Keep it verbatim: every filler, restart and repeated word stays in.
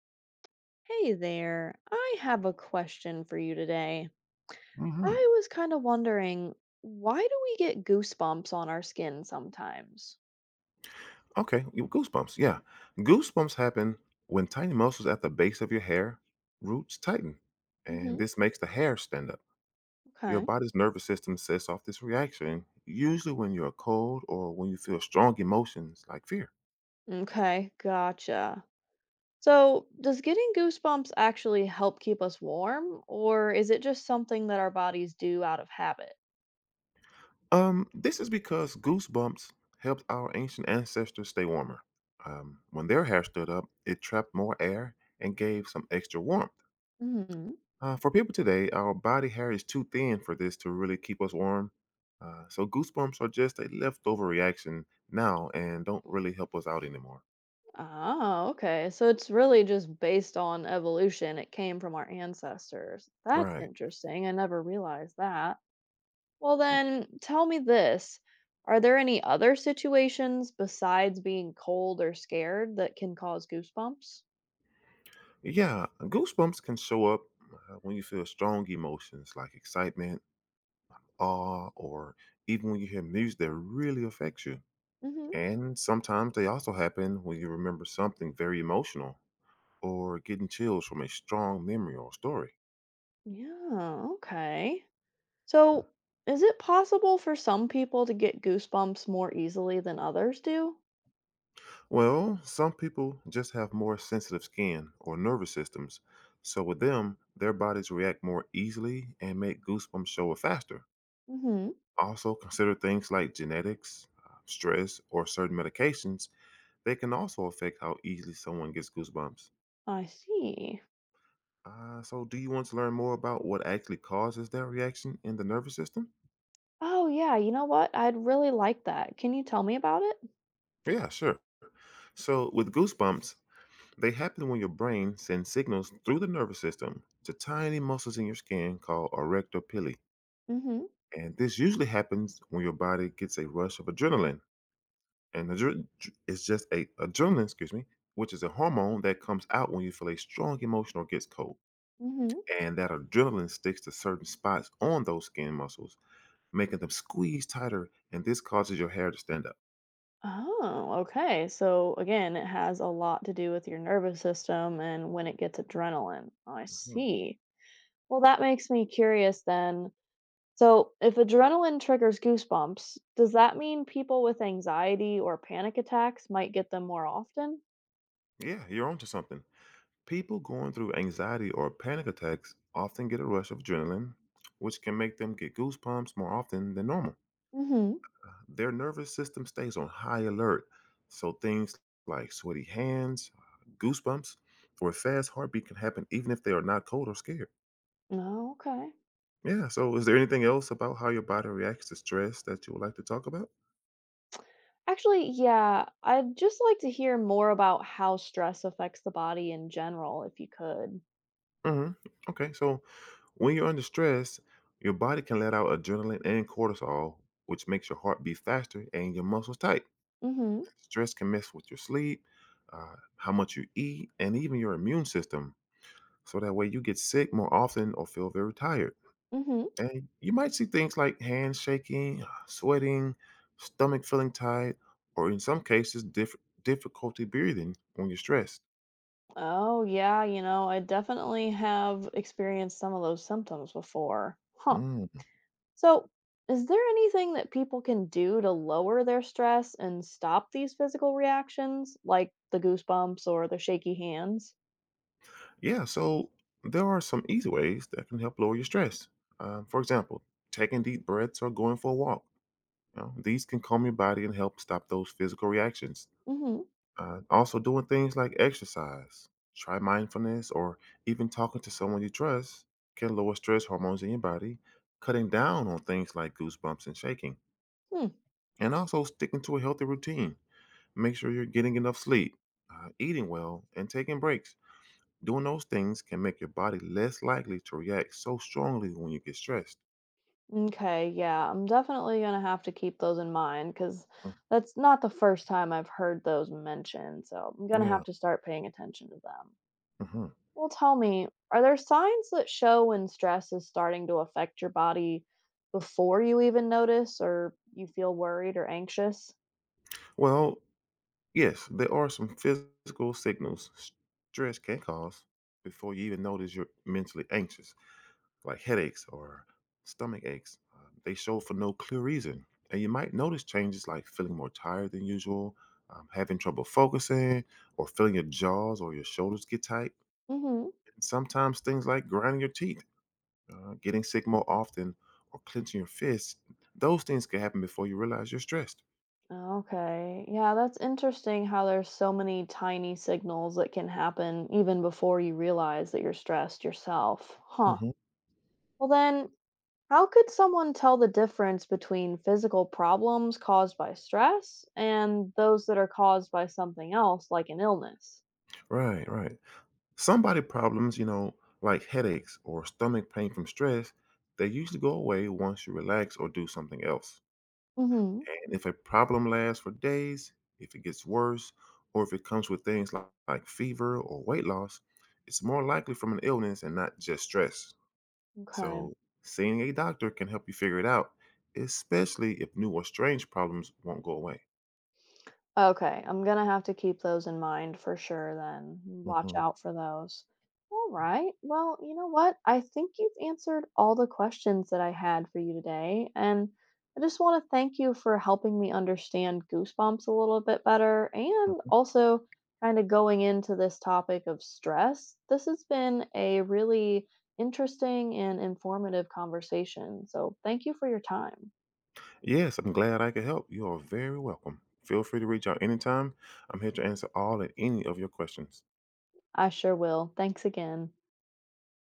Hey there, I have a question for you today. hmm I was kind of wondering, why do we get goosebumps on our skin sometimes? Okay, you- goosebumps. Yeah, goosebumps happen when tiny muscles at the base of your hair roots tighten, and hmm this makes the hair stand up. Your Okay. body's nervous system sets off this reaction, usually when you're cold or when you feel strong emotions like fear. Okay, gotcha. So, does getting goosebumps actually help keep us warm, or is it just something that our bodies do out of habit? Um, this is because goosebumps helped our ancient ancestors stay warmer. Um, when their hair stood up, it trapped more air and gave some extra warmth. hmm Uh, for people today, our body hair is too thin for this to really keep us warm. Uh, so goosebumps are just a leftover reaction now and don't really help us out anymore. Oh, okay. So it's really just based on evolution. It came from our ancestors. That's Right. interesting. I never realized that. Well, Mm. then tell me this. Are there any other situations besides being cold or scared that can cause goosebumps? Yeah, goosebumps can show up uh, when you feel strong emotions like excitement, awe, or even when you hear music that really affects you. hmm And sometimes they also happen when you remember something very emotional or getting chills from a strong memory or story. Yeah, okay. So, is it possible for some people to get goosebumps more easily than others do? Well, some people just have more sensitive skin or nervous systems, so with them, their bodies react more easily and make goosebumps show up faster. hmm Also, consider things like genetics, uh, stress, or certain medications. They can also affect how easily someone gets goosebumps. I see. Uh, so, do you want to learn more about what actually causes that reaction in the nervous system? Oh, yeah, you know what? I'd really like that. Can you tell me about it? Yeah, sure. So, with goosebumps, they happen when your brain sends signals through the nervous system to tiny muscles in your skin called erector pili. hmm And this usually happens when your body gets a rush of adrenaline. And adre- dr- it's just a adrenaline, excuse me, which is a hormone that comes out when you feel a strong emotion or gets cold. hmm And that adrenaline sticks to certain spots on those skin muscles, making them squeeze tighter, and this causes your hair to stand up. Oh, okay. So again, it has a lot to do with your nervous system and when it gets adrenaline. I Mhm. see. Well, that makes me curious then. So, if adrenaline triggers goosebumps, does that mean people with anxiety or panic attacks might get them more often? Yeah, you're onto something. People going through anxiety or panic attacks often get a rush of adrenaline, which can make them get goosebumps more often than normal. hmm Their nervous system stays on high alert, so things like sweaty hands, goosebumps, or a fast heartbeat can happen even if they are not cold or scared. Oh, okay. Yeah, so is there anything else about how your body reacts to stress that you would like to talk about? Actually, yeah, I'd just like to hear more about how stress affects the body in general, if you could. hmm Okay, so when you're under stress, your body can let out adrenaline and cortisol, which makes your heart beat faster and your muscles tight. hmm Stress can mess with your sleep, uh, how much you eat, and even your immune system. So that way you get sick more often or feel very tired. hmm And you might see things like hands shaking, sweating, stomach feeling tight, or in some cases, diff- difficulty breathing when you're stressed. Oh, yeah, you know, I definitely have experienced some of those symptoms before. Huh. Mm. So, is there anything that people can do to lower their stress and stop these physical reactions, like the goosebumps or the shaky hands? Yeah, so there are some easy ways that can help lower your stress. Um, for example, taking deep breaths or going for a walk. You know, these can calm your body and help stop those physical reactions. Mm-hmm. Uh, also, doing things like exercise, try mindfulness, or even talking to someone you trust can lower stress hormones in your body, cutting down on things like goosebumps and shaking. Hmm. And also, sticking to a healthy routine. Make sure you're getting enough sleep, uh, eating well, and taking breaks. Doing those things can make your body less likely to react so strongly when you get stressed. Okay, yeah, I'm definitely gonna have to keep those in mind because Mm. that's not the first time I've heard those mentioned, so I'm gonna Yeah. have to start paying attention to them. hmm Well, tell me, are there signs that show when stress is starting to affect your body before you even notice or you feel worried or anxious? Well, yes, there are some physical signals stress can cause before you even notice you're mentally anxious, like headaches or stomach aches. Uh, they show for no clear reason. And you might notice changes like feeling more tired than usual, um, having trouble focusing, or feeling your jaws or your shoulders get tight. hmm And sometimes things like grinding your teeth, uh, getting sick more often, or clenching your fists, those things can happen before you realize you're stressed. Okay. Yeah, that's interesting how there's so many tiny signals that can happen even before you realize that you're stressed yourself. Huh. hmm Well, then, how could someone tell the difference between physical problems caused by stress and those that are caused by something else, like an illness? Right, right. Somebody problems, you know, like headaches or stomach pain from stress, they usually go away once you relax or do something else. hmm And if a problem lasts for days, if it gets worse, or if it comes with things like, like fever or weight loss, it's more likely from an illness and not just stress. Okay. So, seeing a doctor can help you figure it out, especially if new or strange problems won't go away. Okay, I'm gonna have to keep those in mind for sure then. Watch Mhm, out for those. All right. Well, you know what? I think you've answered all the questions that I had for you today. And I just want to thank you for helping me understand goosebumps a little bit better and mhm. also kind of going into this topic of stress. This has been a really interesting and informative conversation. So thank you for your time. Yes, I'm glad I could help. You are very welcome. Feel free to reach out anytime. I'm here to answer all and any of your questions. I sure will. Thanks again.